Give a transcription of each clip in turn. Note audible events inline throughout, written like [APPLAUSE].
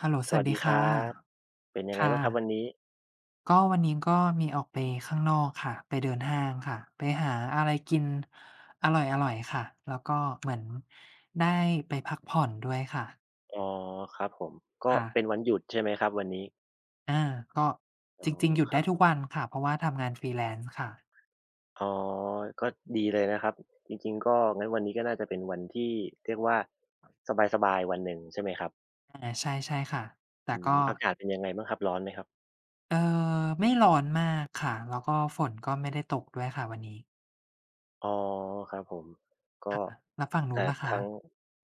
ฮัลโหลสสวัวัสสดีดีคค่ะรับ เป็นยังไงค่ะบ้างครับวันนี้ก็วันนี้ก็มีออกไปข้างนอกค่ะไปเดินห้างค่ะไปหาอะไรกินอร่อยๆค่ะแล้วก็เหมือนได้ไปพักผ่อนด้วยค่ะอ๋อครับผมก็ค่ะเป็นวันหยุดใช่ไหมครับวันนี้อาก็อ๋จอริงๆหยุดครัได้บทุกวันค่ะเพราะว่าทำงาน freelance ค่ะอ๋อก็ดีเลยนะครับจริงๆก็งั้นวันนี้ก็น่าจะเป็นวันที่เรียกว่าสบายๆวันหนึ่งใช่ไหมครับอาใช่ใช่ค่ะ แต่อืมก็อากาศเป็นยังไงบ้างครับร้อนไหมครับเอ่อไม่ร้อนมากค่ะแล้วก็ฝนก็ไม่ได้ตกด้วยค่ะวันนี้อ๋อครับผมก็ค่ะแล้วฝั่งนู้แต่นล่ะคะทาง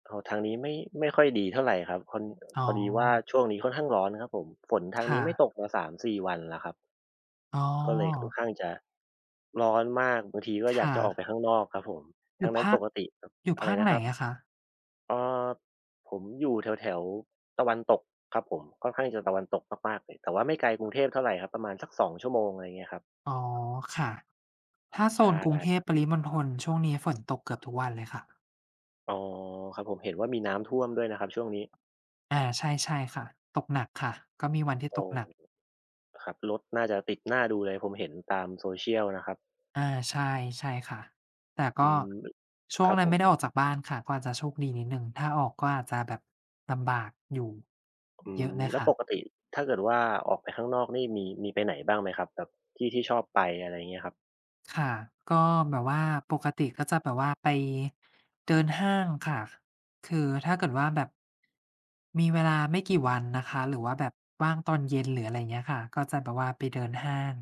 อ๋อทางนี้ไม่ไม่ค่อยดีเท่าไรครับพออ๋พออดีว่าช่วงนี้ค่อนข้างร้อนครับผมฝนทางนี้ค่ะไม่ตกมาสามสี่วันแล้วครับ อ๋อก็เลยค่อนข้างจะร้อนมากบางทีก็อยากค่ะ จะออกไปข้างนอกครับผมอทั้ยู่งนั้นภาปคกติอยู่อะไรภาคนะไหคนรับอะคะเอ่อผมอยู่แถวๆตะวันตกครับผมค่อนข้างจะตะวันตกมากๆเลยแต่ว่าไม่ไกลกรุงเทพเท่าไรครับประมาณสักสองชั่วโมงอะไรเงี้ยครับอ๋อค่ะถ้าโซใชนกรุงเทพ่ปริมณฑลช่วงนี้ฝนตกเกือบทุกวันเลยค่ะอ๋อครับผมเห็นว่ามีน้ำท่วมด้วยนะครับช่วงนี้อาใช่ใช่ค่ะตกหนักค่ะก็มีวันที่ตโอ้กหนักครับรถน่าจะติดน่าดูเลยผมเห็นตาม social นะครับอาใช่ใช่ค่ะแต่อืก็มช่ควงรับนั้ผนไม่ม ได้ออกจากบ้านค่ะก็อาจจะโชคดีนิดหนึ่งถ้าออกก็อาจจะแบบลำบากอยู่อืเยอะมเลยแล้วปกค่ะติถ้าเกิดว่าออกไปข้างนอกนี่มีไปไหนบ้างไหมครับแบบที่ที่ชอบไปอะไรเงี้ยครับค่ะก็แบบว่าปกติก็จะแบบว่าไปเดินห้างค่ะ คือถ้าเกิดว่าแบบมีเวลาไม่กี่วันนะคะหรือว่าแบบว่างตอนเย็นหรืออะไรเงี้ยค่ะก็จะแบบว่าไปเดินห้าง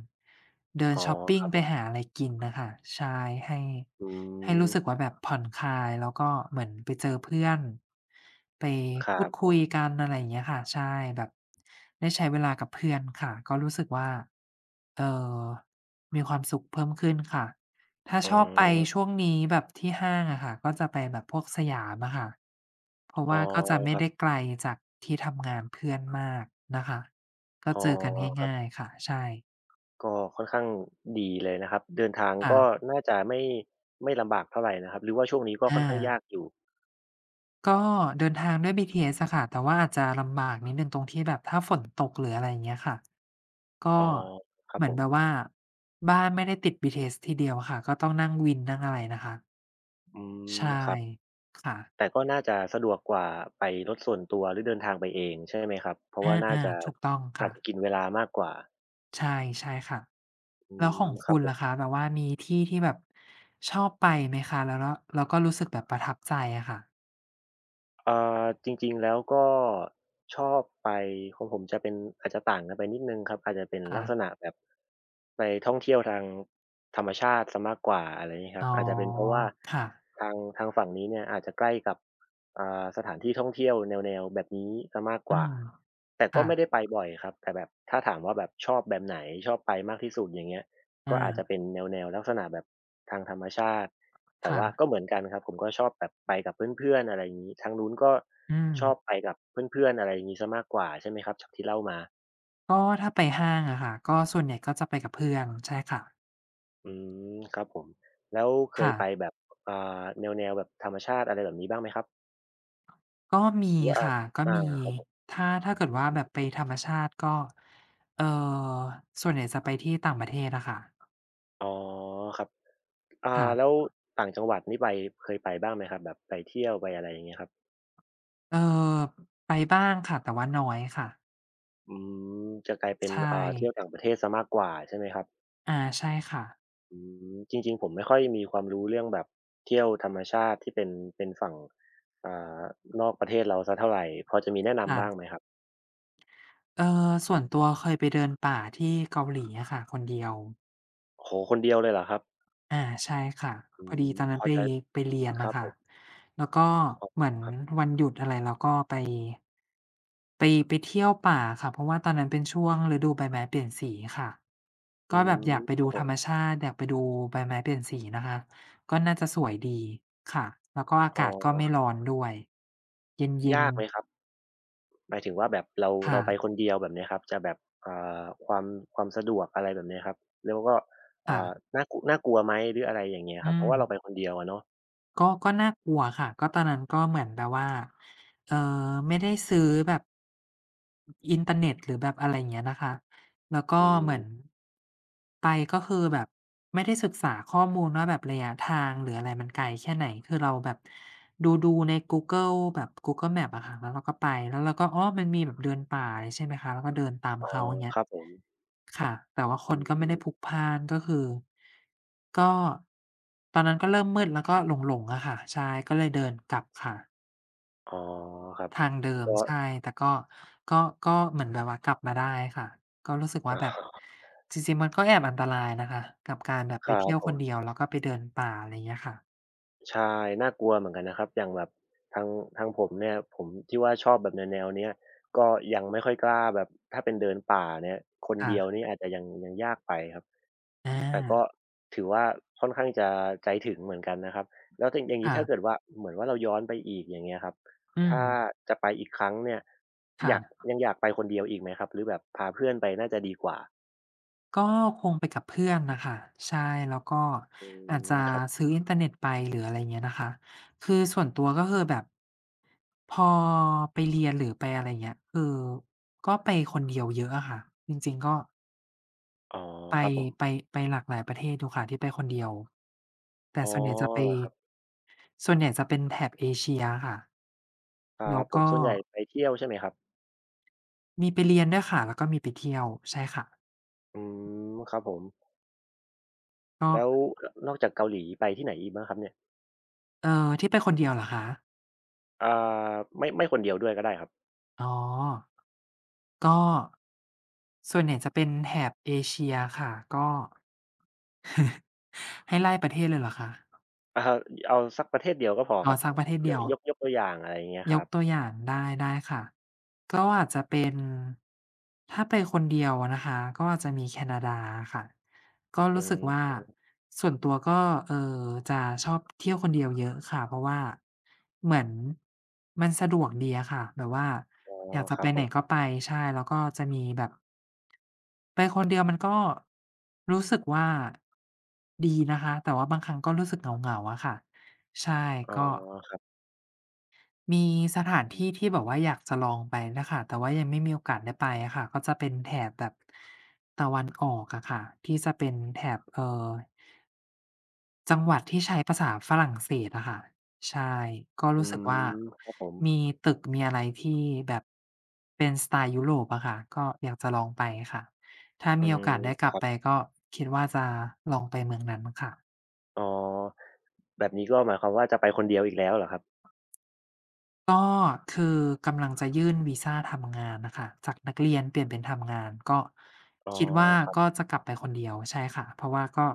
เดินอ๋อชอปปิคงรับผไปหามอะไรกินน่ะค่ะใช่ให้อืให้รู้สึกมว่าแบบผ่อนคลายแล้วก็เหมือนไปเจอเพื่อนไปครัพูดบผคุมยกันอะไรอย่างเงี้ยค่ะใช่แบบได้ใช้เวลากับเพื่อนค่ะก็รู้สึกว่าเอ่อมีความสุขเพิ่มขึ้นค่ะ ถ้าอืชอบไปช่วมงนี้แบบที่ห้างอะค่ะก็จะไปแบบพวกสยามอะค่ะเพราะอ๋อว่าก็จะไม่ครัได้บไกลจากที่ทำงานเพื่อนมากนะคะก็อ๋อเจอกันครัง่ายบๆค่ะใช่ก็ค่อนข้างดีเลยนะครับเดินทางก็ค่ะน่าจะไม่ไม่ลำบากเท่าไรนะครับหรือว่าช่วงนี้ก็อาค่อนข้างยากอยู่ก็เดินทางด้วย BTS อะค่ะแต่ว่าอาจจะลำบากนิดหนึ่งตรงที่แบบถ้าฝนตกหรืออะไรอย่างเงี้ยค่ะก็อ๋อครับเหมืผอนมแบบว่าบ้านไม่ได้ติด b t ทีทีเดียวอะค่ะก็ต้องนั่งวินนั่งอะไรนะคะอืมใช่ครับค่ะแต่ก็น่าจะสะดวกกว่าไปรถส่วนตัวหรือเดินทางไปเองใช่ไหมครับเพราะอว่าน่าาจะๆถูกต้องอาจค่ะ จะกินเวลามากกว่าใช่ใช่ค่ะอืแล้วขอมงครัคุบณผล่ะม คะแบบว่ามีที่ที่แบบชอบไปไหมคะแล้วก็รู้สึกแบบประทับใจอะค่ะเอ่จริงๆแล้วก็ชอบไปของผมจะเป็นอาจจะต่างกันไปนิดหนึ่งครับอาจจะเป็นลักษณะค่ะแบบไปท่องเที่ยวทางธรรมชาติเสียมากกว่าอะไรอย่างงี้คอ๋รัอบอาจจะเป็นเพราะว่าค่ะทางทางฝั่งนี้เนี่ยอาจจะใกล้กับสถานที่ท่องเที่ยวแนวๆแบบนี้เสียมากกอืว่ามแต่ก็ไม่ได้ค่ะไปบ่อยครับแต่แบบถ้าถามว่าแบบชอบแบบไหนชอบไปมากที่สุดอย่างเงี้ยก็อาอาจจะเป็นแนวๆลักษณะแบบทางธรรมชาติ แต่ว่าก็ค่ะเหมือนกันครับผมก็ชอบแบบไปกับเพื่อนๆอะไรอย่างงี้ทางนู้นก็อืมชอบไปกับเพื่อนๆอะไรอย่างงี้เสียมากกว่าใช่ไหมครับจากที่เล่ามาก็ถ้าไปห้างอะค่ะก็ส่วนใหญ่ก็จะไปกับเพื่อนใช่ค่ะอืมครับผมแล้วเคยค่ะไปแบบแนวๆแบบธรรมชาติอะไรแบบนี้บ้างไหมครับก็มีหรือว่าอาค่ะก็มีครับผมถ้าเกิดว่าแบบไปธรรมชาติก็เอ่อส่วนใหญ่จะไปที่ต่างประเทศอะค่ะอ๋อครับอ่าแล้วค่ะต่างจังหวัดนี่ไปเคยไปบ้างไหมครับแบบไปเที่ยวไปอะไรอย่างเงี้ยครับเอ่อไปบ้างค่ะแต่ว่าน้อยค่ะอืมจะกลายเป็นใช่ เที่ยวต่างประเทศเสียมากกว่าใช่ไหมครับ อาใช่ค่ะอืมจริงๆผมไม่ค่อยมีความรู้เรื่องแบบเที่ยวธรรมชาติที่เป็นเป็นฝั่งอ่านอกประเทศเราสักเท่าไรพอจะมีแนะนำบ้างไหมค่ะครับส่วนตัวเคยไปเดินป่าที่เกาหลีอะค่ะคนเดียวโอ้โฮคนเดียวเลยเหรอครับอาใช่ค่ะอืพอมดีตอนพนั้อนจะไปเรียนครัน่ะบผค่ะมแล้วก็ขอบเหมือคุนณครับวันหยุดอะไรเราก็ไปเที่ยวป่าค่ะเพราะว่าตอนนั้นเป็นช่วงฤดูใบไม้เปลี่ยนสีค่ะอืก็แบบมอยากไปครัดูบผธรรมมชาติอยากไปดูใบไม้เปลี่ยนสีนะคะก็น่าจะสวยดีค่ะแล้วก็อาอ๋กาศก็ไม่อร้อนด้วยเย็นยากไหมๆครับหมายถึงว่าแบบเราเราค่ะไปคนเดียวแบบเนี้ยครับจะแบบอ่ความความสะดวกอะไรแบบเนี้ยครับแล้วก็ค่ะน่ากลัวไหมหรืออะไรอย่างเงี้ยอืครับเพราะว่าเราไปม คนเดียวอะเนาะก็น่ากลัวค่ะก็ตอนนั้นก็เหมือนแบบว่าเอ่อไม่ได้ซื้อแบบอินเทอร์เน็ตหรือแบบอะไรอย่างเงี้ยนะคะ แล้วก็อืเหมมือนไปก็คือแบบไม่ได้ศึกษาข้อมูลว่าแบบระยะทางหรืออะไรมันไกลแค่ไหนคือเราแบบดูๆในกูเกิลแบบ Google Maps อะค่ะแล้วเราก็ไปแล้วเราก็อ๋อมันมีแบบเดินป่าอะไรใช่ไหมคะเราก็เดินตามอ๋อเขาอย่างเงี้คยรับผมค่ะแต่ว่าคนก็ไม่อืได้พลุมกพล่านก็คือก็ตอนนั้นก็เริ่มมืดแล้วก็หลงๆอะค่ะใช่ก็เลยเดินกลับค่ะ อ๋อครับทางเดิมก็ ใช่แต่ก็ก็ก็เหมือนแบบว่ากลับมาได้ค่ะ ก็รู้สึกว่าอแบบาจริงๆมันก็แอบอันตรายนะคะกับการแบบคไปรับเที่ยวผคนเดียมวแล้วก็ไปเดินป่าอะไรเงี้ยค่ะใช่น่ากลัวเหมือนกันนะครับอย่างแบบทางทางผมเนี่ยผมที่ว่าชอบแบบแนวๆเนี้ยก็ยังไม่ค่อยกล้าแบบถ้าเป็นเดินป่าเนี่ยคนเดียวค่ะนี่อาจจะยังยากไปครับอแต่ก็าถือว่าค่อนข้างจะใจถึงเหมือนกันนะครับแล้วถึงอย่างงี้ถ้าเกิดค่ะว่าเหมือนว่าเราย้อนไปอีกอย่างเงี้ยครับอืถ้ามจะไปอีกครั้งเนี่ยอยากค่ะยังอยากไปคนเดียวอีกไหมครับหรือแบบพาเพื่อนไปน่าจะดีกว่าก็คงไปกับเพื่อนน่ะค่ะใช่แล้วก็อือาจมจะครับซื้ออินเทอร์เน็ตไปหรืออะไรเงี้ยนะคะคือส่วนตัวก็คือแบบพอไปเรียนหรือไปอะไรเงี้ยคือก็ไปคนเดียวเยอะอะค่ะจริงๆก็ อ๋อไปครับผมไปไปหลากหลายประเทศอยู่ค่ะที่ไปคนเดียวแต่อ๋อส่วนใหญ่จะไปเหรอครับ ส่วนใหญ่จะเป็นแถบเอเชียค่ะครัแล้บวผมก็ส่วนใหญ่ไปเที่ยวใช่ไหมครับมีไปเรียนด้วยค่ะแล้วก็มีไปเที่ยวใช่ค่ะอืมครับผมก็แล้วอนอกจากเกาหลีไปที่ไหนอีกบ้างครับเนี่ยที่ไปคนเดียวเหรอคะอ่าไม่ไม่คนเดียวด้วยก็ได้ครับอ๋อก็ส่วนใหญ่จะเป็นแถบเอเชียค่ะก็ให้ไล่ประเทศเลยเหรอคะอะฮะเอาสักประเทศเดียวก็พออ๋คอรับ สักประเทศยเดีกยว ยกยกตัวอย่างอะไรอย่างเงี้ยคยรักบตัวอย่างได้ค่ะก็อาจจะเป็นถ้าไปคนเดียวอะนะคะก็อาจจะมีแคนาดาค่ะก็อืรู้สึกมว่าส่วนตัวก็เอ่อจะชอบเที่ยวคนเดียวเยอะค่ะเพราะว่าเหมือนมันสะดวกดีอะค่ะแบบว่าอ๋ออยากคจะรัไปบผไหนมก็ไปใช่แล้วก็จะมีแบบไปคนเดียวมันก็รู้สึกว่าดีนะคะแต่ว่าบางครั้งก็รู้สึกเหงาๆอะค่ะใช่อ๋อก็ ครับมีสถานที่ที่แบบว่าอยากจะลองไปนะค่ะแต่ว่ายังไม่มีโอกาสได้ไปอะค่ะก็จะเป็นแถบแบบตะวันออกอะค่ะที่จะเป็นแถบจังหวัดที่ใช้ภาษาฝรั่งเศสอะค่ะใช่ก็อืรู้สึกว่ามครับผมมีตึกมีอะไรที่แบบเป็นสไตล์ยุโรปอะค่ะก็อยากจะลองไปค่ะถ้าอืมีโอมกาสได้กคลับรับไปก็คิดว่าจะลองไปเมืองนั้นค่ะ อ๋อแบบนี้ก็หมายความว่าจะไปคนเดียวอีกแล้วเหรอครับก็คือกำลังจะยื่นวีซาทำงานน่ะค่ะจากนักเรียนเปลี่ยนเป็นทำงานก็อ๋อคิดว่าครับก็จะกลับไปคนเดียวใช่ค่ะเพราะว่าก็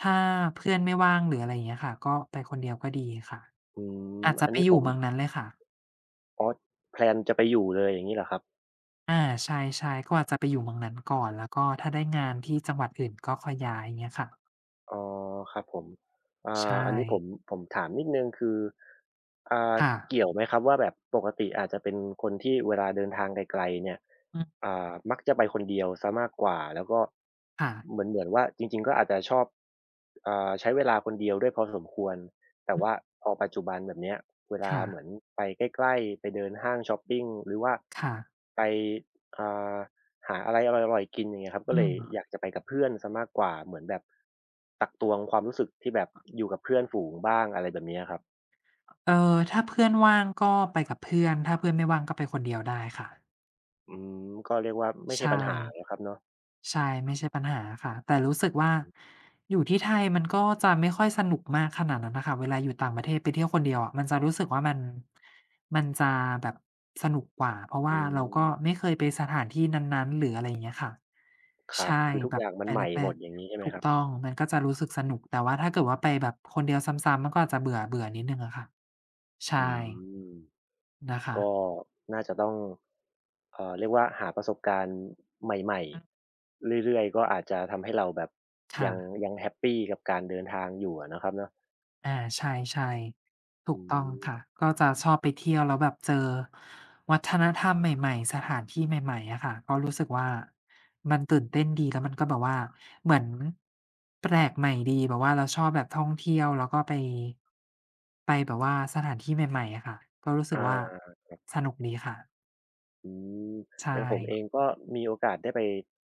ถ้าเพื่อนไม่ว่างหรืออะไรอย่างเงี้ยค่ะก็ไปคนเดียวก็ดีค่ะอืมอาจจะอันไปนี้อผยู่มเมืองนั้นเลยค่ะอ๋อแพลนจะไปอยู่เลยอย่างงี้เหรอครับ อาใช่ๆก็อาจจะไปอยู่เมืองนั้นก่อนแล้วก็ถ้าได้งานที่จังหวัดอื่นก็ค่อยย้ายอย่างเงี้ยค่ะอ๋อครับผมใช่อันนี้ผมถามนิดหนึ่งคืออ่าค่ะเกี่ยวไหมครับว่าแบบปกติอาจจะเป็นคนที่เวลาเดินทางไกลๆเนี่ยอืมมักจะไปคนเดียวเสียมากกว่าแล้วก็ค่ะเหมือนว่าจริงๆก็อาจจะชอบใช้เวลาคนเดียวด้วยพอสมควรแต่อืว่ามพอปัจจุบันแบบเนี้ยเวลาค่ะเหมือนไปใกล้ๆไปเดินห้างชอปปิงหรือว่าค่ะไปอ่า หาอะไรอร่อยๆกินอย่างเงี้ยครับก็อืเลยอม ยากจะไปกับเพื่อนเสียมากกว่าเหมือนแบบตักตวงความรู้สึกที่แบบอยู่กับเพื่อนฝูงบ้างอะไรแบบเนี้ยครับเออถ้าเพื่อนว่างก็ไปกับเพื่อนถ้าเพื่อนไม่ว่างก็ไปคนเดียวได้ค่ะอืมก็เรียกว่าไม่ใช่ใช่ปัญหาแล้วครับเนาะใช่ไม่ใช่ปัญหาค่ะแต่รู้สึกว่าอยู่ที่ไทยมันก็จะไม่ค่อยสนุกมากขนาดนั้นน่ะค่ะเวลาอยู่ต่างประเทศไปเที่ยวคนเดียวอะมันจะรู้สึกว่ามันจะแบบสนุกกว่าเพราะอืว่าเรามก็ไม่เคยไปสถานที่นั้นๆหรืออะไรอย่างเงี้ยค่ะครับใช่คือทุกแบอบย่างมัไปนใหม่แรหมดกอย่างงี้ใช่ๆไหมถูคกรับต้องมันก็จะรู้สึกสนุกแต่ว่าถ้าเกิดว่าไปแบบคนเดียวซ้ำๆมันก็อาจจะเบื่อๆนิดหนึ่งอะค่ะใช่อืมนะคะ ก็น่าจะต้องเรียกว่าหาประสบการณ์ใหม่ๆเรื่อยๆก็อาจจะทำให้เราแบบยังค่ะยังแฮปปีกับการเดินทางอยู่อะนะครับเนาะอาใช่ๆอืถูกต้องค่ะ มก็จะชอบไปเที่ยวแล้วแบบเจอวัฒนธรรมใหม่ๆ สถานที่ใหม่ๆอะค่ะก็รู้สึกว่ามันตื่นเต้นดีแล้วมันก็แบบว่าเหมือนแปลกใหม่ดีแบบว่าเราชอบแบบท่องเที่ยวแล้วก็ไปแบบว่าสถานที่ใหม่ๆอะค่ะก็รู้สึกว่าอา สนุกดีค่ะอืมใช่อย่างผมเองก็มีโอกาสได้ไป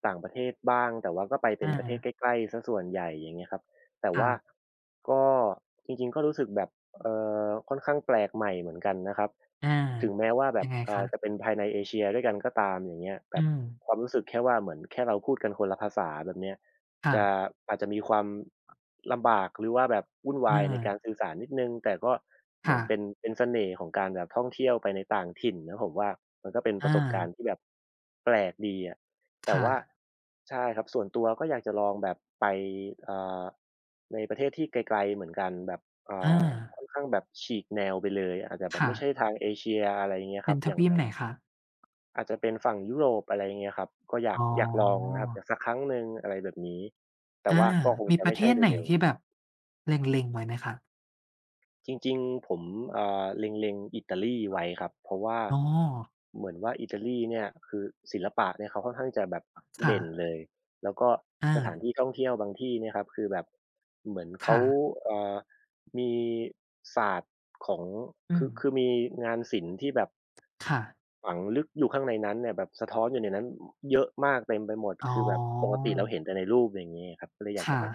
ต่างประเทศบ้างแต่ว่าก็ไปเป็อานประเทศใกล้ๆเสียส่วนใหญ่อย่างเงี้ยครับแต่ว่าค่ะก็จริงๆก็รู้สึกแบบเอ่ค่อนข้างแปลกใหม่เหมือนกันนะครับอาถึงแม้ว่าแบยับงไงจะเป็คะนภายในเอเชียด้วยกันก็ตามอย่างเงี้ยแบอืบมความรู้สึกแค่ว่าเหมือนแค่เราพูดกันคนละภาษาแบบเนี้ย จะค่ะอาจจะมีความลำบากหรือว่าแบบวุ่นวายในกาอารสื่อสารนิดหนึ่งแต่ก็เหมือค่ะนเป็นเสน่ห์ของการแบบท่องเที่ยวไปในต่างถิ่นนะผมว่ามันก็เป็นประอาสบการณ์ที่แบบแปลกดีอะแต่ค่ะว่าใช่ครับส่วนตัวก็อยากจะลองแบบไปเอ่าในประเทศที่ไกลๆเหมือนกันแบบอ่อาาค่อนข้างแบบฉีกแนวไปเลยอาจจะแบบไม่ใช่ค่ะ ทางเอเชียอะไรอย่างเงี้ยคเป็รันบทอย่างวีปทาง ไหนคะ อาจจะเป็นฝั่งยุโรปอะไรอย่างเงี้ยครับก็อยากอ๋อยากลองอนะครับอยากสักครั้งหนึ่งอะไรแบบนี้แต่อาว่าก็คงมีจะประไม่เทใช่ศไหนเร็วที่ๆ แบบเล็งๆไว้ไหมคะ จริงๆผมเล็งๆอิตาลีไว้ครับเพราะว่าอ๋อเหมือนว่าอิตาลีเนี่ยคือศิลปะเนี่ยเขาค่อนข้างจะแบบเด่นค่ะเลยแล้วก็อาสถานที่ท่องเที่ยวบางที่เนี่ยครับคือแบบเหมือนเขาค่ะเอ่อมีศาสตร์ของอืคืมอคือมีงานศิลป์ที่แบบค่ะ ฝังลึกอยู่ข้างในนั้นเนี่ยแบบสะท้อนอยู่ในนั้นเยอะมากเต็มไปหมดอ๋คือแบบปกอ ติเราเห็นแต่ในรูปอย่างงี้ครับก็เลยอยากจะค่ะแบบ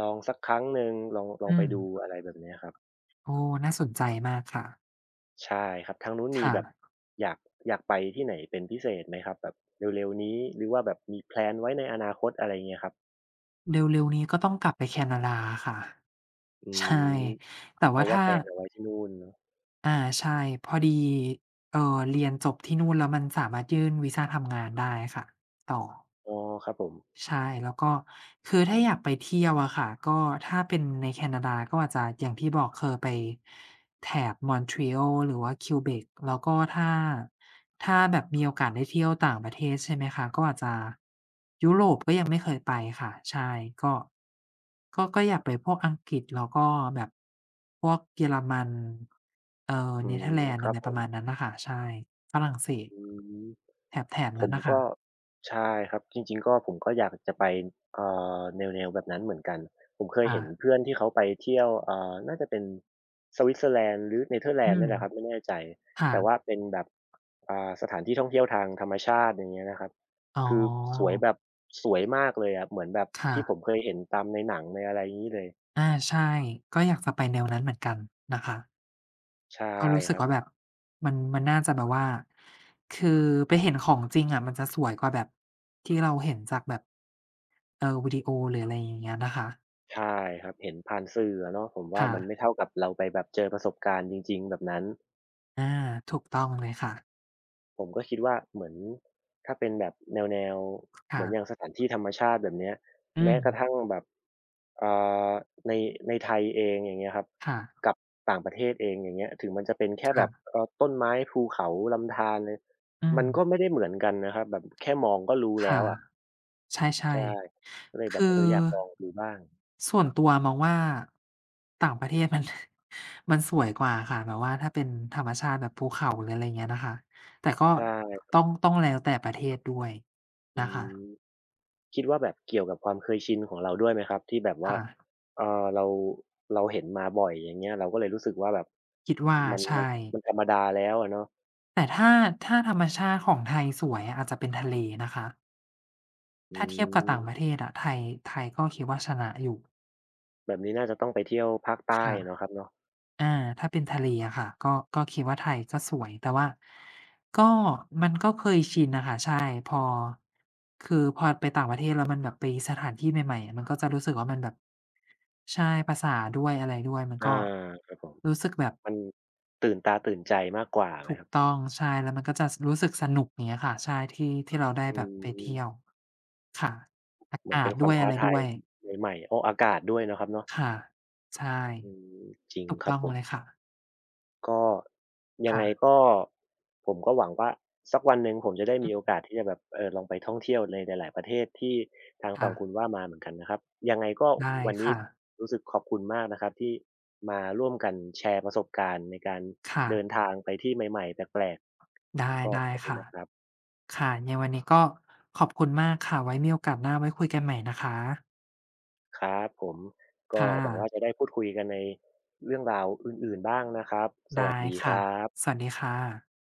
ลองสักครั้งหนึ่งลองลออืงไปมดูอะไรแบบเนี้ยครับ โอ้น่าสนใจมากค่ะใช่ครับทางนู้นมีค่ะ แบบอยากอยากไปที่ไหนเป็นพิเศษไหมครับแบบเร็วๆนี้หรือว่าแบบมีแพลนไว้ในอนาคตอะไรเงี้ยครับเร็วๆนี้ก็ต้องกลับไปแคนาดาค่ะ อืใช่ มแต่เพว่าราะว่าถ้าแพลนเอาไว้ที่นู่นเนาะอ่าใช่ พอดีเอ่อเรียนจบที่นู่นแล้วมันสามารถยื่นวีซาทำงานได้ค่ะ ต่อ อ๋อครับผมใช่แล้วก็คือถ้าอยากไปเที่ยวอะค่ะก็ถ้าเป็นในแคนาดาก็อาจจะอย่างที่บอกคือไปแถบ Montreal หรือว่า Quebec แล้วก็ถ้าแบบมีโอกาสได้เที่ยวต่างประเทศใช่ไหมคะก็อาจจะยุโรปก็ยังไม่เคยไปค่ะใช่ก็ก็ก็อยากไปพวกอังกฤษแล้วก็แบบพวกเยอรมันเอ่ออืเนเธอร์แลมนคด์อะรับไรผประมมาณนั้นน่ะค่ะใช่ฝรั่งเศสอืม แถบๆผนั้นมน่ะค่ะก็ใช่ครับจริงๆก็ผมก็อยากจะไปเอ่แนวๆแบบนั้นเหมือนกันผมเคยเห็นค่ะเพื่อนที่เขาไปเที่ยวน่าจะเป็นสวิตเซอร์แลนด์หรือเนเธอร์แลอืนด์มเนี่ยแหละครับไม่แน่ใจแต่ว่าค่ะ เป็นแบบสถานที่ท่องเที่ยวทางธรรมชาติอย่างเงี้ยนะครับอ๋คือสวยอแบบสวยมากเลยอะเหมือนแบบค่ะที่ผมเคยเห็นตามในหนังในอะไรอย่างงี้เลยอาใช่ ก็อยากจะไปแนวนั้นเหมือนกันนะคะใช่ก็รู้คสึกรับว่าแบบมันมันน่าจะแบบว่า คือไปเห็นของจริงอะมันจะสวยกว่าแบบที่เราเห็นจากแบบวิดีโอหรืออะไรอย่างเงี้ยนะคะใช่ครับเห็นผ่านสื่ออะเนาะผมว่าค่ะมันไม่เท่ากับเราไปแบบเจอประสบการณ์จริงๆแบบนั้น อาถูกต้องเลยค่ะผมก็คิดว่าเหมือนถ้าเป็นแบบแนวเหมืค่ะอนอย่างสถานที่ธรรมชาติแบบเนี้ยอืแม้กระทั่งมแบบอ่าในในไทยเองอย่างเงี้ยครับค่ะกับต่างประเทศเองอย่างเงี้ยถึงมันจะเป็นแค่แบบค่ะต้นไม้ภูเขาลำธารเลยอืมัมนก็ไม่ได้เหมือนกันนะครับแบบแค่มองก็รู้แล้ค่ะ วอะใช่ใช่ก็เลยๆแบบคืเออออยากลองดูบ้างส่วนตัวมองว่าต่างประเทศมัน [LAUGHS] มันสวยกว่าค่ะแบบว่าถ้าเป็นธรรมชาติแบบภูเขาหรืออะไรอย่างเงี้ยนะคะแต่ก็ใช่ต้องแล้วแต่ประเทศด้วยอืนะคะม คิดว่าแบบเกี่ยวกับความเคยชินของเราด้วยไหมครับที่แบบว่าค่ะเอ่อเราเราเห็นมาบ่อยอย่างเงี้ยเราก็เลยรู้สึกว่าแบบคิดว่ามันมันใช่มันธรรมดาแล้วอะเนาะแต่ถ้าธรรมชาติของไทยสวยอะอาจจะเป็นทะเลนะคะอืถ้าเทียบกับต่างประมเทศอะไทยก็คิดว่าชนะอยู่แบบนี้น่าจะต้องไปเที่ยวภาคใต้เนาะคค่ะ รับเนาะอาถ้าเป็นทะเลอะค่ะก็คิดว่าไทยก็สวยแต่ว่าก็มันก็เคยชินน่ะค่ะใช่พอคือพอไปต่างประเทศแล้วมันแบบไปสถานที่ใหม่ๆมันก็จะรู้สึกว่ามันแบบใช่ภาษาด้วยอะไรด้วยมันอาก็ครับผมรู้สึกแบบมันตื่นตาตื่นใจมากกว่าไหมถูคกรับต้องใช่แล้วมันก็จะสรู้สึกสนุกอย่างเงี้ยค่ะใช่ที่ที่เราได้อืแบบไปมเที่ยวค่ะอาเหมือกานเป็ศนคด้วามวยท้าอะไรทาด้ยวยใหม่ๆโอ้ออากาศด้วยเนาะครับเนาะค่ะใช่อืมจริงถูกครับต้องผม เลยค่ะก็ยังไงค่ะก็ผมก็หวังว่าสักวันหนึ่งผมจะได้อืมีโอมกาสที่จะแบบลองไปท่องเที่ยวในหลายๆประเทศที่ทางค่ะฝั่งคุณว่ามาเหมือนกันนะครับยังไงก็ได้วันนี้ค่ะรู้สึกขอบคุณมากนะครับที่มาร่วมกันแชร์ประสบการณ์ในการเดินค่ะ ทางไปที่ใหม่ๆแปลกๆก็ได้ขอบคุณค่ะ นะครับค่ะยังไงวันนี้ก็ขอบคุณมากค่ะ ไว้มีโอกาสหน้าไว้คุยกันใหม่นะคะ ครับผมก็ค่ะ หวังว่าจะได้พูดคุยกันในเรื่องราวอื่นๆบ้างนะครับสวัสได้ดีคค่ะ รับสวัสดีค่ะ